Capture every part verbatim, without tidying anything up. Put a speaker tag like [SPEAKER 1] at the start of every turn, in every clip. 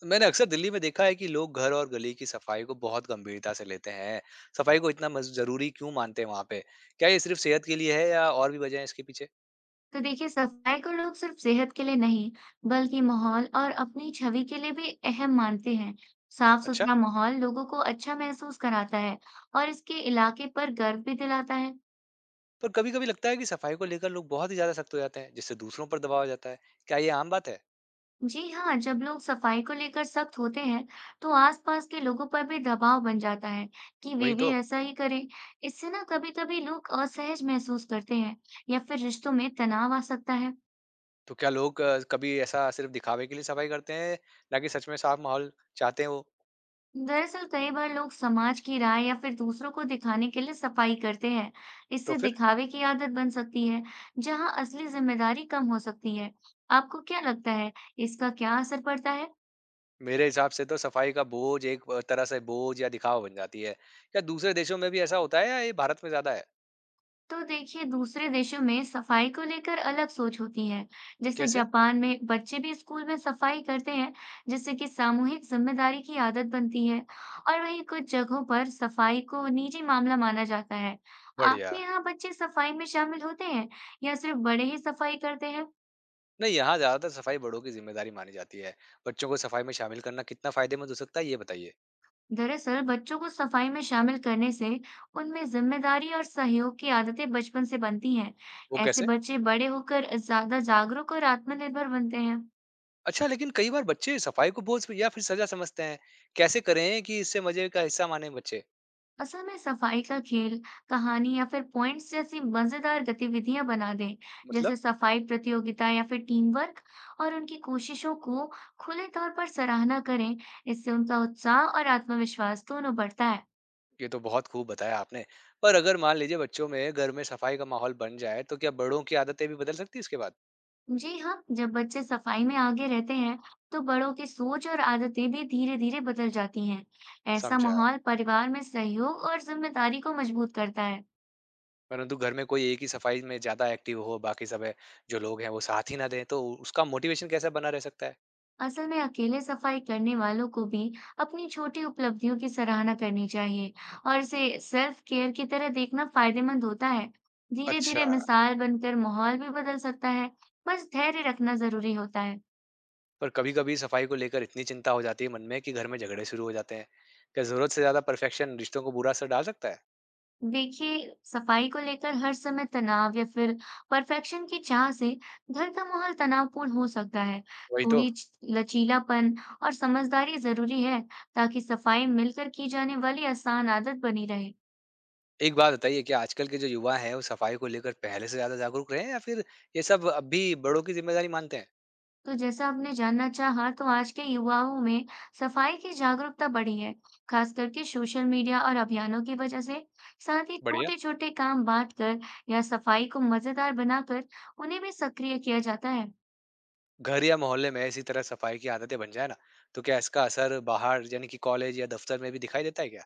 [SPEAKER 1] तो मैंने अक्सर दिल्ली में देखा है कि लोग घर और गली की सफाई को बहुत गंभीरता से लेते हैं। सफाई को इतना मज ज़रूरी क्यों मानते हैं वहाँ पे? क्या ये सिर्फ सेहत के लिए है या और भी वजह है इसके पीछे?
[SPEAKER 2] तो देखिए, सफाई को लोग सिर्फ सेहत के लिए नहीं बल्कि माहौल और अपनी छवि के लिए भी अहम मानते हैं। साफ
[SPEAKER 1] अच्छा।
[SPEAKER 2] सुथरा माहौल लोगों को अच्छा महसूस कराता है और इसके इलाके पर गर्व भी दिलाता है।
[SPEAKER 1] पर कभी-कभी लगता है कि सफाई को लेकर लोग बहुत ही ज़्यादा सख्त हो जाते हैं, जिससे दूसरों पर दबाव आ जाता है। क्या ये आम बात है?
[SPEAKER 2] जी हाँ, जब लोग सफाई को लेकर सख्त होते हैं तो आसपास के लोगों पर भी दबाव बन जाता है कि वे
[SPEAKER 1] वही
[SPEAKER 2] भी
[SPEAKER 1] तो।
[SPEAKER 2] ऐसा ही करें। इससे ना कभी कभी लोग असहज महसूस करते हैं या फिर रिश्तों में तनाव आ सकता है।
[SPEAKER 1] तो क्या लोग अ, कभी ऐसा सिर्फ दिखावे के लिए सफाई करते हैं, ना कि सच में साफ माहौल चाहते हैं वो?
[SPEAKER 2] दरअसल कई बार लोग समाज की राय या फिर दूसरों को दिखाने के लिए सफाई करते हैं।
[SPEAKER 1] तो
[SPEAKER 2] इससे
[SPEAKER 1] फिर
[SPEAKER 2] दिखावे की आदत बन सकती है जहां असली जिम्मेदारी कम हो सकती है। आपको क्या लगता है, इसका क्या असर पड़ता है?
[SPEAKER 1] मेरे हिसाब से तो सफाई का बोझ एक अ, तरह से बोझ या दिखावा बन जाती है। क्या दूसरे देशों में भी ऐसा होता है या ये भारत में ज़्यादा है?
[SPEAKER 2] तो देखिए, दूसरे देशों में सफाई को लेकर अलग सोच होती है। जैसे
[SPEAKER 1] कैसे?
[SPEAKER 2] जापान में बच्चे भी स्कूल में सफाई करते हैं, जिससे कि सामूहिक जिम्मेदारी की आदत बनती है। और वहीं कुछ जगहों पर सफाई को निजी मामला माना जाता है।
[SPEAKER 1] बढ़िया।
[SPEAKER 2] आपके यहाँ बच्चे सफाई में शामिल होते हैं या सिर्फ बड़े ही सफाई करते हैं?
[SPEAKER 1] नहीं, यहाँ ज़्यादातर सफाई बड़ों की ज़िम्मेदारी मानी जाती है। बच्चों को सफाई में शामिल करना कितना फ़ायदेमंद हो सकता है, ये बताइए?
[SPEAKER 2] दरअसल बच्चों को सफाई में शामिल करने से उनमें जिम्मेदारी और सहयोग की आदतें बचपन से बनती हैं।
[SPEAKER 1] वो
[SPEAKER 2] ऐसे
[SPEAKER 1] कैसे?
[SPEAKER 2] बच्चे बड़े होकर ज्यादा जागरूक और आत्मनिर्भर बनते हैं।
[SPEAKER 1] अच्छा, लेकिन कई बार बच्चे सफाई को बोझ या फिर सज़ा समझते हैं। कैसे करें कि इसे मज़े का हिस्सा मानें बच्चे?
[SPEAKER 2] असल में सफाई का खेल, कहानी या फिर पॉइंट्स जैसी मजेदार गतिविधियां बना दें।
[SPEAKER 1] मतलब।
[SPEAKER 2] जैसे सफाई प्रतियोगिता या फिर टीम वर्क, और उनकी कोशिशों को खुले तौर पर सराहना करें। इससे उनका उत्साह और आत्मविश्वास दोनों बढ़ता है।
[SPEAKER 1] ये तो बहुत खूब बताया आपने। पर अगर मान लीजिए बच्चों में घर में सफाई का माहौल बन जाए, तो क्या बड़ों की आदतें भी बदल सकती हैं इसके बाद?
[SPEAKER 2] जी हाँ, जब बच्चे सफाई में आगे रहते हैं तो बड़ों की सोच और आदतें भी धीरे धीरे बदल जाती हैं। ऐसा
[SPEAKER 1] समझा।
[SPEAKER 2] माहौल परिवार में सहयोग और जिम्मेदारी को मजबूत करता है।
[SPEAKER 1] परंतु घर में कोई एक ही सफाई में ज़्यादा एक्टिव हो, बाकी सब है जो लोग हैं वो साथ ही ना दें, तो उसका मोटिवेशन कैसा बना रह सकता है?
[SPEAKER 2] असल में अकेले सफाई करने वालों को भी अपनी छोटी उपलब्धियों की सराहना करनी चाहिए और इसे सेल्फ केयर की तरह देखना फायदेमंद होता है। धीरे
[SPEAKER 1] अच्छा।
[SPEAKER 2] धीरे मिसाल बनकर माहौल भी बदल सकता है। बस धैर्य रखना जरूरी होता है।
[SPEAKER 1] पर कभी-कभी सफाई को लेकर इतनी चिंता हो जाती है मन में कि घर में झगड़े शुरू हो जाते हैं। क्या ज़रूरत से ज़्यादा परफेक्शन रिश्तों को बुरा असर डाल सकता है?
[SPEAKER 2] देखिए, सफाई को लेकर हर समय तनाव या फिर परफेक्शन की चाह से घर का माहौल तनावपूर्ण हो सकता है।
[SPEAKER 1] वही तो।
[SPEAKER 2] थोड़ी च- लचीलापन और समझदारी जरूरी है, ताकि सफाई मिलकर की जाने वाली आसान आदत बनी रहे।
[SPEAKER 1] एक बात बताइए, क्या आजकल के जो युवा हैं वो सफाई को लेकर पहले से ज़्यादा जागरूक रहे हैं या फिर ये सब अब भी बड़ों की ज़िम्मेदारी मानते हैं?
[SPEAKER 2] तो जैसा आपने जानना चाहा, तो आज के युवाओं में सफाई की जागरूकता बढ़ी है, खास करके सोशल मीडिया और अभियानों की वजह से। साथ ही
[SPEAKER 1] बढ़िया।
[SPEAKER 2] छोटे-छोटे काम बांट कर या सफाई को मजेदार बनाकर उन्हें भी सक्रिय किया जाता है।
[SPEAKER 1] घर या मोहल्ले में इसी तरह सफाई की आदतें बन जाए ना, तो क्या इसका असर बाहर यानी कि कॉलेज या दफ्तर में भी दिखाई देता है क्या?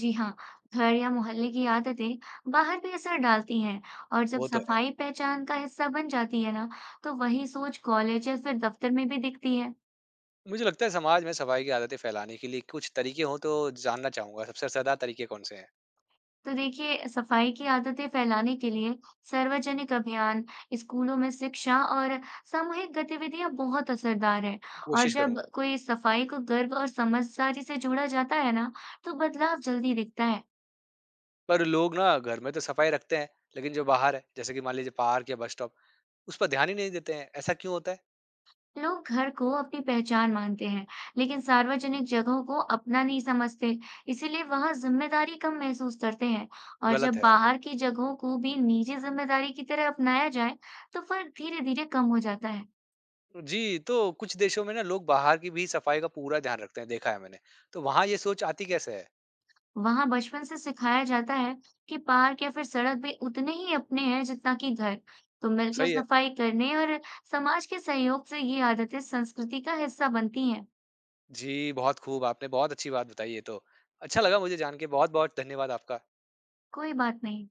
[SPEAKER 2] जी हाँ, घर या मोहल्ले की आदतें बाहर भी असर डालती हैं, और जब
[SPEAKER 1] वो तो है।
[SPEAKER 2] सफाई पहचान का हिस्सा बन जाती है ना, तो वही सोच कॉलेज या फिर दफ्तर में भी दिखती है।
[SPEAKER 1] मुझे लगता है समाज में सफाई की आदतें फैलाने के लिए कुछ तरीके हों तो जानना चाहूँगा, सबसे असरदार तरीके कौन से हैं?
[SPEAKER 2] तो देखिए, सफाई की आदतें फैलाने के लिए सार्वजनिक अभियान, स्कूलों में शिक्षा और सामूहिक गतिविधियां बहुत असरदार हैं। और
[SPEAKER 1] कोशिश करूँगा।
[SPEAKER 2] जब कोई सफाई को गर्व और समझदारी से जोड़ा जाता है ना, तो बदलाव जल्दी दिखता है।
[SPEAKER 1] पर लोग ना घर में तो सफाई रखते हैं, लेकिन जो बाहर है जैसे कि मान लीजिए पार्क या बस स्टॉप, उस पर ध्यान ही नहीं देते हैं। ऐसा क्यों होता है?
[SPEAKER 2] लोग घर को अपनी पहचान मानते हैं, लेकिन सार्वजनिक जगहों को अपना नहीं समझते, इसीलिए वहां जिम्मेदारी कम महसूस करते हैं। और
[SPEAKER 1] गलत
[SPEAKER 2] जब
[SPEAKER 1] है।
[SPEAKER 2] बाहर की जगहों को भी निजी जिम्मेदारी की तरह अपनाया जाए, तो फर्क धीरे-धीरे कम हो जाता है।
[SPEAKER 1] जी, तो कुछ देशों में ना लोग बाहर की भी सफाई का पूरा ध्यान रखते हैं, देखा है मैंने। तो वहां ये सोच आती कैसे है?
[SPEAKER 2] वहां बचपन से सिखाया जाता है कि पार्क या फिर सड़क भी उतने ही अपने हैं जितना कि घर। तो मिलकर
[SPEAKER 1] सही है।
[SPEAKER 2] सफाई करने और समाज के सहयोग से ये आदतें संस्कृति का हिस्सा बनती हैं।
[SPEAKER 1] जी बहुत खूब, आपने बहुत अच्छी बात बताई ये तो। अच्छा लगा मुझे जान के। बहुत बहुत धन्यवाद आपका।
[SPEAKER 2] कोई बात नहीं।